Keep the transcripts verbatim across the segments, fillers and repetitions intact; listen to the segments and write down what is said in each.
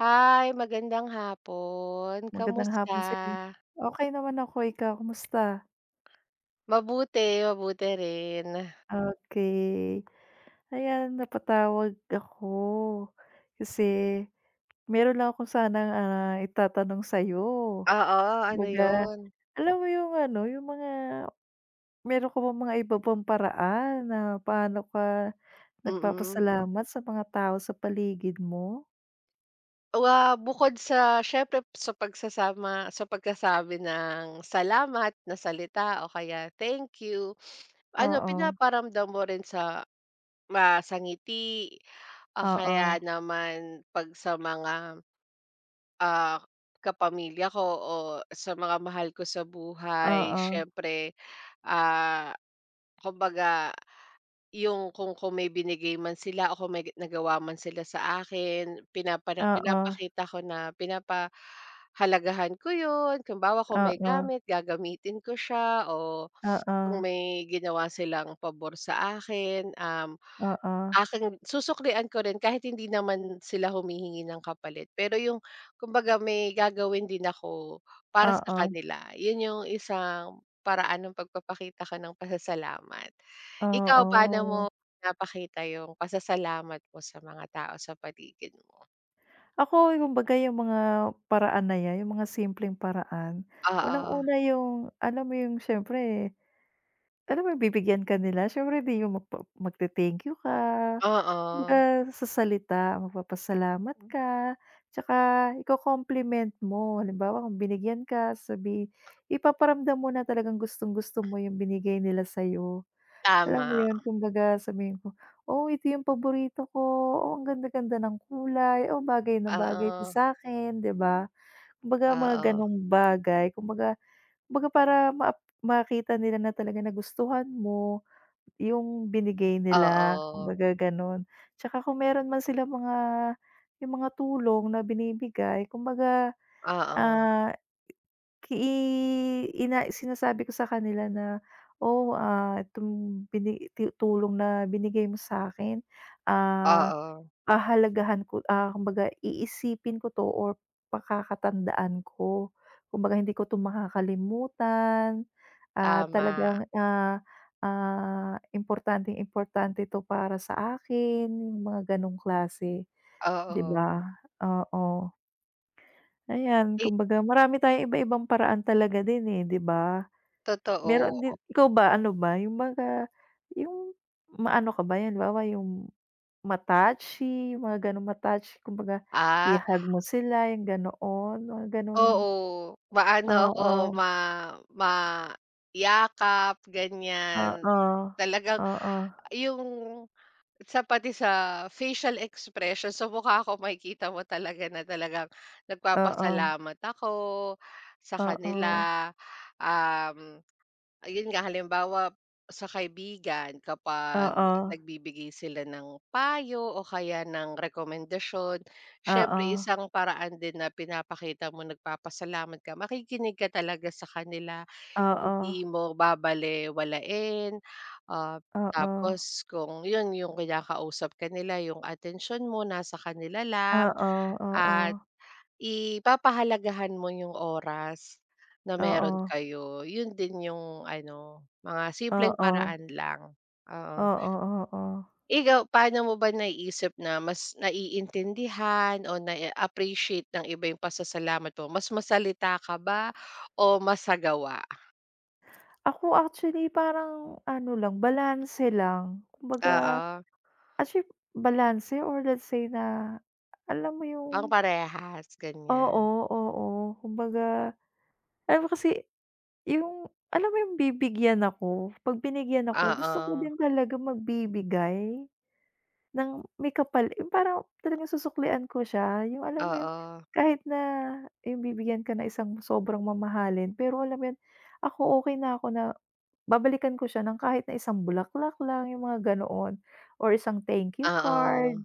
Hi, magandang hapon. Magandang Kamusta? hapon sa'yo. Okey naman ako, ikaw kumusta? Mabuti, mabuti rin. Okey. Ayan, napatawag ako kasi meron lang akong sanang, ah, itatanong sa'yo. Oo, ano Kumbaga, 'yun. alam mo yung ano, yung mga meron ka bang mga iba pang paraan na paano ka mm. mm nagpapasalamat sa mga tao sa paligid mo? Wa bukod sa siyempre sa pagsasama sa pagsasabi ng salamat na salita o kaya thank you, ano, Oo, pinaparamdam mo rin sa ma sa ngiti o oo, kaya naman 'pag sa mga, ah, kapamilya ko o sa mga mahal ko sa buhay oo, siyempre. ah Kumbaga, yung kung kung may binigay man sila o kung may nagawa man sila sa akin, pinapana oo, oo, pinapakita ko na pinapahalagahan ko yun. Kumbawa kung oo, may gamit, gagamitin ko siya o oo, kung may ginawa silang pabor sa akin, um, oo, aking susuklian ko rin kahit hindi naman sila humihingi ng kapalit, pero yung kumbaga may gagawin din ako para sa oo, kanila, yun yung isang paraan ng pagpapakita ko ng pasasalamat. Ikaw, paano mo oo. pinapakita yung pasasalamat mo sa mga tao sa paligid mo? Ako kumbaga yung mga paraan na 'yan, yung mga simpleng paraan, Oo, unang-una yung alam mo yung siyempre, alam mo yung bibigyan ka nila siyempre 'di yung magpa magte-thank you ka, oo, kumbaga sa salita magpapasalamat Hmm. ka, tsaka iko-compliment mo. Halimbawa kung binigyan ka sabi ipaparamdam mo na talagang gustong-gusto mo yung binigay nila sa'yo. Alam mo tama, yun, kumbaga sabihin ko, "Oh, ito yung paborito ko. Oh, ang ganda-ganda ng kulay. Oh, bagay na bagay 'to oo, sa'kin." 'Di ba? Kumbaga mga oo, gano'ng bagay. Kumbaga kumbaga para maap makita nila na talaga nagustuhan mo yung binigay nila, oo, kumbaga gano'n. Tsaka kung meron man silang mga yung mga tulong na binibigay kumbaga, oo, ah Ki ina sinasabi ko sa kanila na, "Oh, ah, itong bini tu tulong na binigay mo sa'kin, ah, oo, hahalagahan ko ah, kumbaga iisipin ko 'to or pakakatandaan ko. Kumbaga hindi ko 'to makakalimutan at tama, talagang, ah, ah, importanteng-importante 'to para sa akin." Yung mga gano'ng klase, 'di oo, ba? Oo. Ayan, i kumbaga marami tayong iba-ibang paraan talaga din, eh, 'di ba? totoo, Meron din ikaw ba, ano ba, yung mga yung maano ka ba, yan halimbawa yung ma-touchy, yung mga gano'ng ma-touch kumbaga ah. i-hug mo sila, yung ganoon, mga gano'ng Oo, maano ako, oo, ma maiyakap, ganyan. oo, Talagang oo, oo, yung sa pati sa facial expression, sa mukha ko makikita mo talaga na talagang oo, nagpapasalamat ako sa oo, kanila. um Ayun nga, halimbawa sa kaibigan oo, kapag oo, nagbibigay sila ng payo o kaya ng rekomendasyon, oo, siyempre isang paraan din na pinapakita mo nagpapasalamat ka, makikinig ka talaga sa kanila, oo, hindi mo babalewalain. Ah, tapos kung yun, yung kinakausap ka nila, yung atensyon mo nasa kanila lang, oo, at I papahalagahan mo yung oras na oo, meron oo, kayo, yun din yung ano, mga simpleng paraan lang, oo. oo, oo. Oo. Ikaw, paano mo ba naiisip na mas naiintindihan o na appreciate ng iba yung pasasalamat mo? Mas masalita ka ba o mas sa gawa? Ako actually parang ano lang, balanse lang. Kumbaga, Oo, actually balanse or let's say na alam mo yung pangparehas oo, ganyan, oo. Kumbaga, alam mo kasi yung alam mo yung bibigyan ako, 'pag binigyan ako gusto ko oo, din talaga magbibigay ng may kapal yung parang talagang susuklian ko siya, yung alam mo yung oo, kahit na yung bibigyan ka na isang sobrang mamahalin pero alam mo yun, ako okay na ako na Babalikan ko siya ng kahit na isang bulaklak lang, yung mga ganoon or isang thank you oo, card.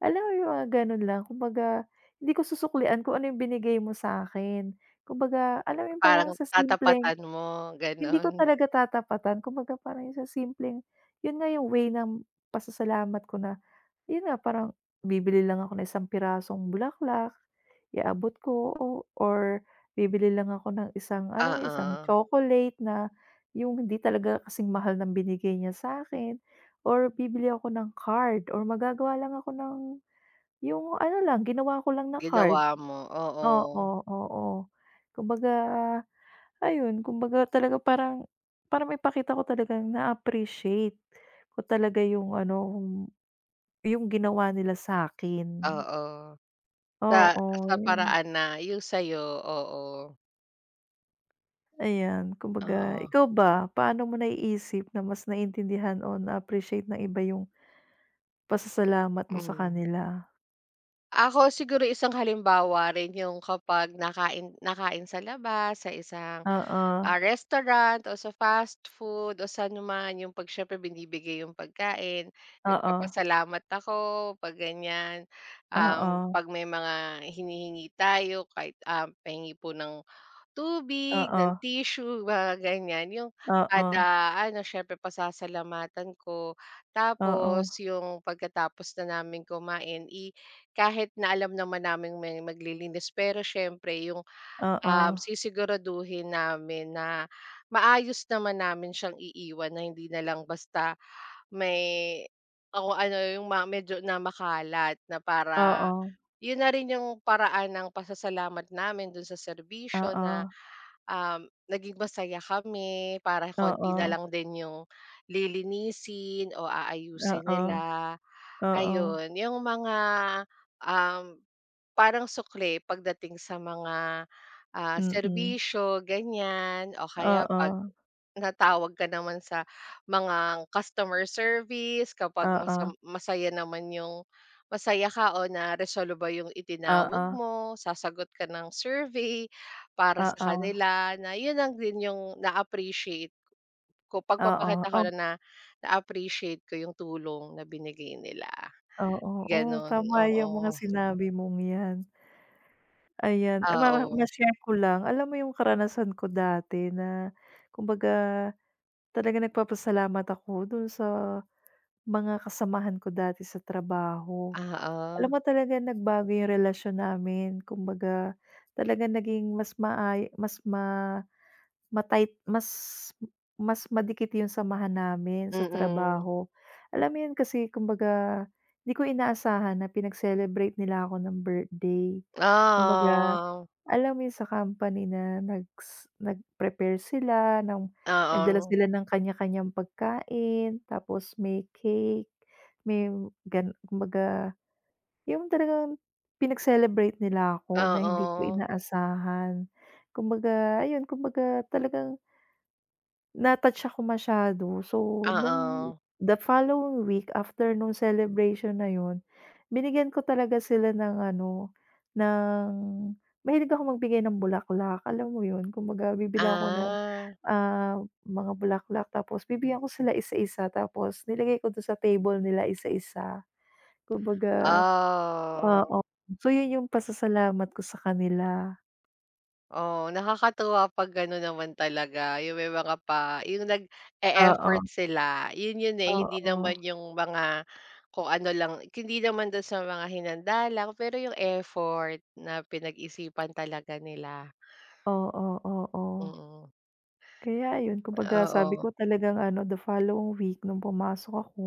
Alam mo yung mga gano'n lang, kumbaga hindi ko susuklian kung ano yung binigay mo sa'kin. Kumbaga, alam mo yung parang parang sa simpleng tatapatan mo, hindi gano'n. ko talaga tatapatan kumbaga parang yung sa simpleng yun nga yung way ng pasasalamat ko na yun nga parang bibili lang ako ng isang pirasong bulaklak, iaabot ko o or bibili lang ako ng isang alam mo yun, isang Oo, chocolate na yung hindi talaga kasing mahal ng binigay niya sa'kin or bibili ako ng card or magagawa lang ako ng yung ano lang ginawa ko lang na ginawa card. mo, Oo, oo. oo. Kumbaga Ayun, kumbaga talaga parang para maipakita ko talagang na-appreciate ko talaga yung ano, yung ginawa nila sa'kin. Oo, sa Oo, sa yun. paraan na yung sa'yo, oo. Ayan, kumbaga Oo. ikaw ba, paano mo naiisip na mas naintindihan o na-appreciate ng iba yung pasasalamat mo sa Mm. kanila? Ako siguro isang halimbawa rin yung kapag nakain nakain sa labas, sa isang, Oo, ah, restaurant o sa fast food o saan man, yung 'pag siyempre binibigay yung pagkain, oo, nagpapasalamat ako 'pag ganyan. Um, oo, 'pag may mga hinihingi tayo kahit, ah, pahingi po ng oo, tubig, oo, ng tissue, mga ganyan. Yung oo, kada ano, siyempre pasasalamatan ko. oo, Tapos yung pagkatapos na namin kumain, i kahit na alam naman namin may maglilinis, pero siyempre yung, oo, um, sisiguraduhin namin na maayos naman namin siyang iiwan, na hindi na lang basta may o ano yung ma medyo na makalat, na para oo, yun na rin yung paraan ng pasasalamat namin dun sa serbisyo, oo, na um, naging masaya kami, para konti na oo, lang din yung lilinisin o aayusin nila. oo, Ayun, yung mga, um, parang sukli pagdating sa mga, ah, mm, serbisyo, ganyan, o kaya 'pag oo. natawag ka naman sa mga customer service, kapag Oo, masam masaya naman yung masaya ka o naresolba ba yung itinawag oo, mo, sasagot ka ng survey para sa oo, kanila, na yun ang din yung na-appreciate ko, oo, pagpapakita ko oh, na na na-appreciate ko yung tulong na binigay nila, oo, oo, gano'n. tama Oo, yung mga sinabi mong 'yan. Ayan, ay ma oo, ma-share ko lang, alam mo yung karanasan ko dati na kumbaga talagang nagpapasalamat ako dun sa mga kasamahan ko dati sa trabaho. oo, Alam mo talaga nagbago yung relasyon namin kumbaga talaga naging mas maay mas ma ma mas mas madikit yung samahan namin sa mm. trabaho. Alam mo yun kasi kumbaga hindi ko inaasahan na pinag-celebrate nila ako ng birthday. Kumbaga, Oo, alam mo yun sa company na nags nag-prepare sila ng nagdala oo, sila ng kanya-kanyang pagkain, tapos may cake, may gan kumbaga yung talagang pinag-celebrate nila ako na hindi ko oo, inaasahan. Kumbaga ayun, kumbaga talagang na-touch ako masyado. So, nung oo. the following week after nung celebration na yun, binigyan ko talaga sila ng ano, ng mahilig ako magbigay ng bulaklak, alam mo yun? Kumbaga bibili ako nung, Ah, ah, mga bulaklak tapos bibigyan ko sila isa-isa tapos nilagay ko dun sa table nila isa-isa. Kumbaga oo, oo. So, yun yung pasasalamat ko sa kanila. oo, nakakatuwa 'pag gano'n naman talaga, yung may mga pa yung Oo, nag-e-effort sila, yun yun, eh, hindi oo, naman yung mga kung ano lang, hindi naman dun sa mga hinanda lang, pero yung effort na pinag-isipan talaga nila, oo, oo. Oo. mm, Kaya ayun, kumbaga sabi oo. ko talagang ano, the following week nung pumasok ako,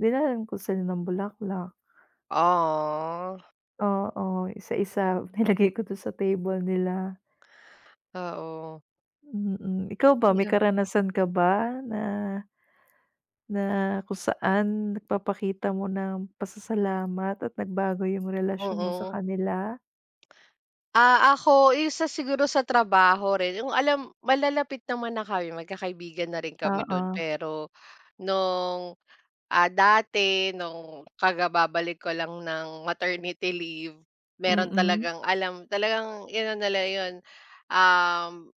dinalhan ko sila ng bulaklak. Oh, Oo, isa-isa nilagay ko dun sa table nila. oo, oo. Mm, ikaw ba may karanasan ka ba na na kung saan nagpapakita mo ng pasasalamat at nagbago yung relasyon mo sa Mm. kanila? Ah, ako isa siguro sa trabaho rin, yung alam, malalapit naman na kami, magkakaibigan na rin kami dun. Oo, Pero nung, ah, dati nung kagababalik ko lang ng maternity leave, meron mm. talagang alam, talagang ano nila yun, um,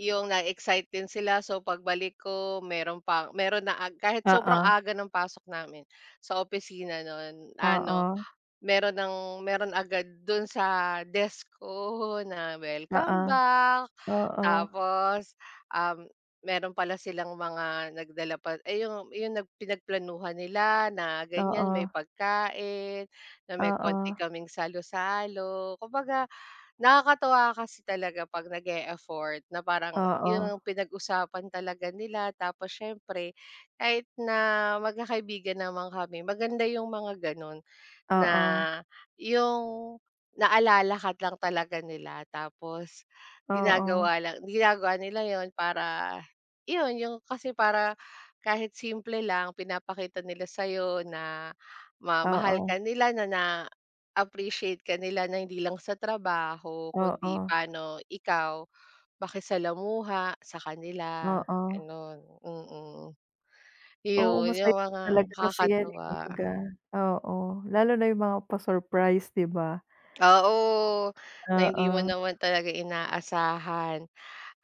yung na-excite din sila. So pagbalik ko, meron pa meron na ag- kahit sobrang Oo, aga ng pasok namin sa opisina nun ano, oo, meron ng meron agad dun sa desk ko na welcome oo, back, oo, tapos, um, meron pala silang mga nagdala pa, ay yung yung nagpinagplanuhan nila na ganyan oo, may pagkain, na may oo, konti kaming salo-salo. Kumbaga nakakatuwa kasi talaga 'pag nag-e-effort, na parang oo, yung pinag-usapan talaga nila, tapos siyempre kahit na magkakaibigan naman kami, maganda yung mga ganun. Na oo, yung naalala ka lang talaga nila, tapos oo, ginagawa lang ginagawa nila yon para yun, yung kasi para kahit simple lang pinapakita nila sa'yo na ma mahal oo. ka nila, na na-appreciate ka nila, na hindi lang sa trabaho kundi Oo, paano ikaw makisalamuha sa kanila, oo. ganun. Mm, mm. Oo, Yun masaya yung mga talaga kasi yan, eh, nakakatuwa. kumbaga oo, lalo na yung mga pa-surprise, 'di ba? Oo, na hindi mo Oo. naman talaga inaasahan.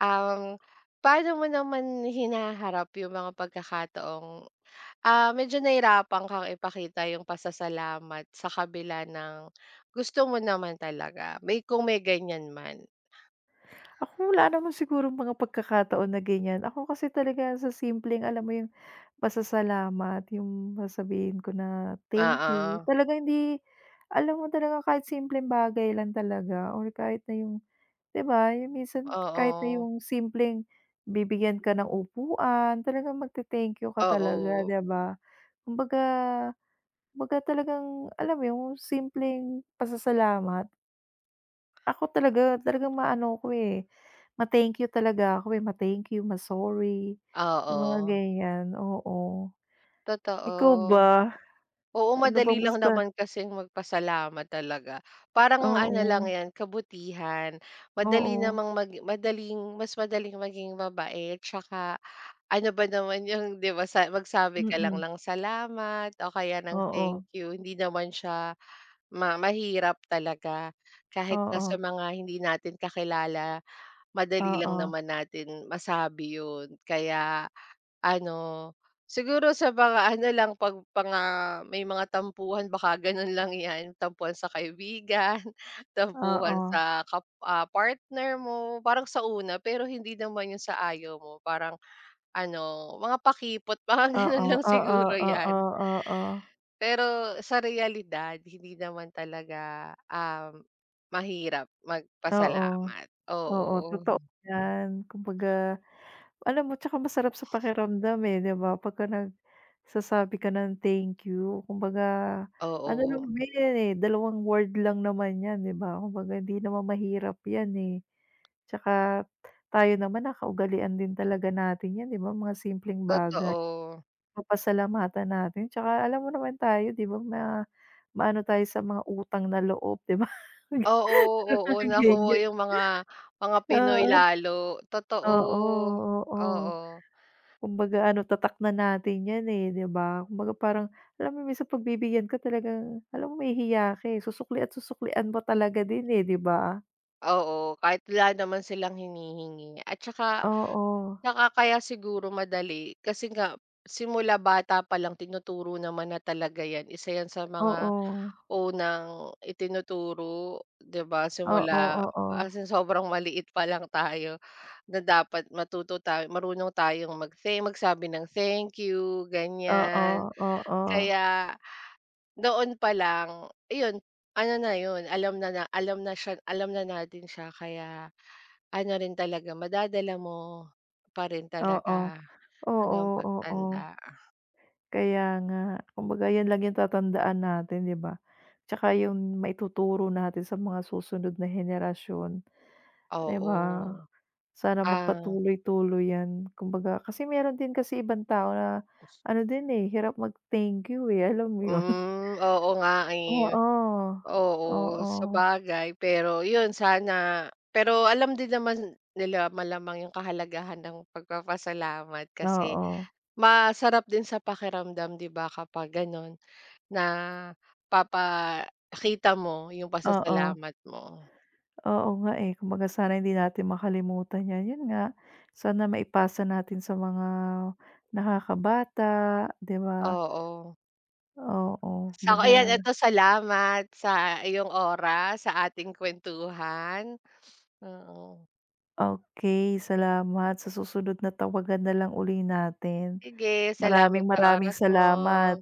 Um, paano mo naman hinaharap yung mga pagkakataong, ah, medyo nahirapan kang ipakita yung pasasalamat sa kabila ng gusto mo naman talaga, may kung may ganyan man? Ako wala naman sigurong mga pagkakataon na ganyan. Ako kasi talaga sa simpleng alam mo yung pasasalamat, yung sasabihin ko na, "Thank Oo, you." talaga hindi alam mo talaga kahit simpleng bagay lang talaga or kahit na yung 'di ba, yung minsan kahit na oo, yung simpleng bibigyan ka ng upuan, talagang magte-thank you ka talaga, oo, 'di ba? Kumbaga kumbaga talagang alam mo yung simpleng pasasalamat, ako talaga talagang maano ko, eh, ma-thank you talaga ako, eh, ma-thank you, ma-sorry, yung mga oo, ganyan, oo. totoo. Ikaw ba? Oo, Ano bang madali lang basta naman kasing magpasalamat talaga. Parang ano lang oo, 'yan, kabutihan. Madali oo, namang mag madaling mas madaling maging mabait, tsaka ano ba naman yung 'di ba, sa magsabi ka lang mm, lang salamat o kaya ng thank oo, you. Hindi naman siya ma mahirap talaga. Kahit na sa oo, mga hindi natin kakilala, oo, madali lang oo. naman natin masabi 'yun. Kaya ano, siguro sa mga ano lang 'pag mga may mga tampuhan, baka gano'n lang 'yan, tampuhan sa kaibigan, tampuhan Oo. sa kap ah, partner mo, parang sa una, pero hindi naman 'yun sa ayaw mo, parang ano, mga pakipot, mga gano'n Oo, lang oo, siguro 'yan. oo, oo. Pero sa realidad hindi naman talaga, um, mahirap Oo, magpasalamat, oo, oo, totoo 'yan. Kumbaga alam mo tsaka masarap sa pakiramdam, eh, 'di ba, pagka nagsasabi ka ng thank you. Kumbaga ano lang oo, ba 'yan, eh, dalawang word lang naman 'yan, 'di ba? Kumbaga di naman mahirap 'yan, eh. Tsaka tayo naman nakaugalian din talaga natin 'yan, 'di ba, mga simpleng bagay. totoo. Papasalamatan natin tsaka alam mo naman tayo, 'di ba, ma maano tayo sa mga utang na loob, 'di ba? Oo, oo, naku, Ganyan. yung mga mga Pinoy Oo, lalo, totoo. oo, oo. Oo, Kumbaga ano, tatak na natin 'yan, eh, 'di ba? Kumbaga parang alam mo minsan pagbibigyan ka talagang alam mo mahihiya ka, eh, susukli at susuklian mo talaga din, eh, 'di ba? oo, kahit wala naman silang hinihingi, at saka Oo, nakakaya siguro, madali kasi nga simula bata pa lang, tinuturo naman na talaga yan, isa yan sa mga oo. unang itinuturo, 'di ba, Oo, simula oo. as in sobrang maliit pa lang tayo, na dapat matuto tayo, marunong tayong mag magsabi ng thank you, Oo, ganyan. oo. Kaya noon pa lang, iyon, ano na yun, alam na na alam na siya, alam na natin siya, kaya ano rin talaga madadala mo pa rin Oo. talaga hanggang Oo, oo. pagtanda, Kaya nga. Kumbaga 'yan lang yung tatandaan natin, 'di ba? Tsaka yung maituturo natin sa mga susunod na henerasyon, 'di ba? oo. Sana Ah, magpatuloy-tuloy 'yan, kumbaga kasi meron din kasi ibang tao na ano din, eh, hirap mag-thank you, eh, alam mo 'yun? hmm, oo nga, eh. Oo, Oo, oo, sabagay, pero yun sana, pero alam din naman nila malamang yung kahalagahan ng pagpapasalamat, kasi oo, masarap din sa pakiramdam, 'di ba, kapag gano'n. Na napapakita mo yung oo, pasasalamat mo. oo nga, eh, kumbaga sana hindi natin makalimutan 'yan, 'yun nga, sana maipasa natin sa mga nakakabata, 'di ba? Oo. Oo, sa kumbaga Ayan, eto, salamat sa iyong oras sa ating kuwentuhan. Oo. okay, salamat sa susunod na tawagan na lang uli natin. Sige, salamat Maraming sa maraming oras mo. salamat.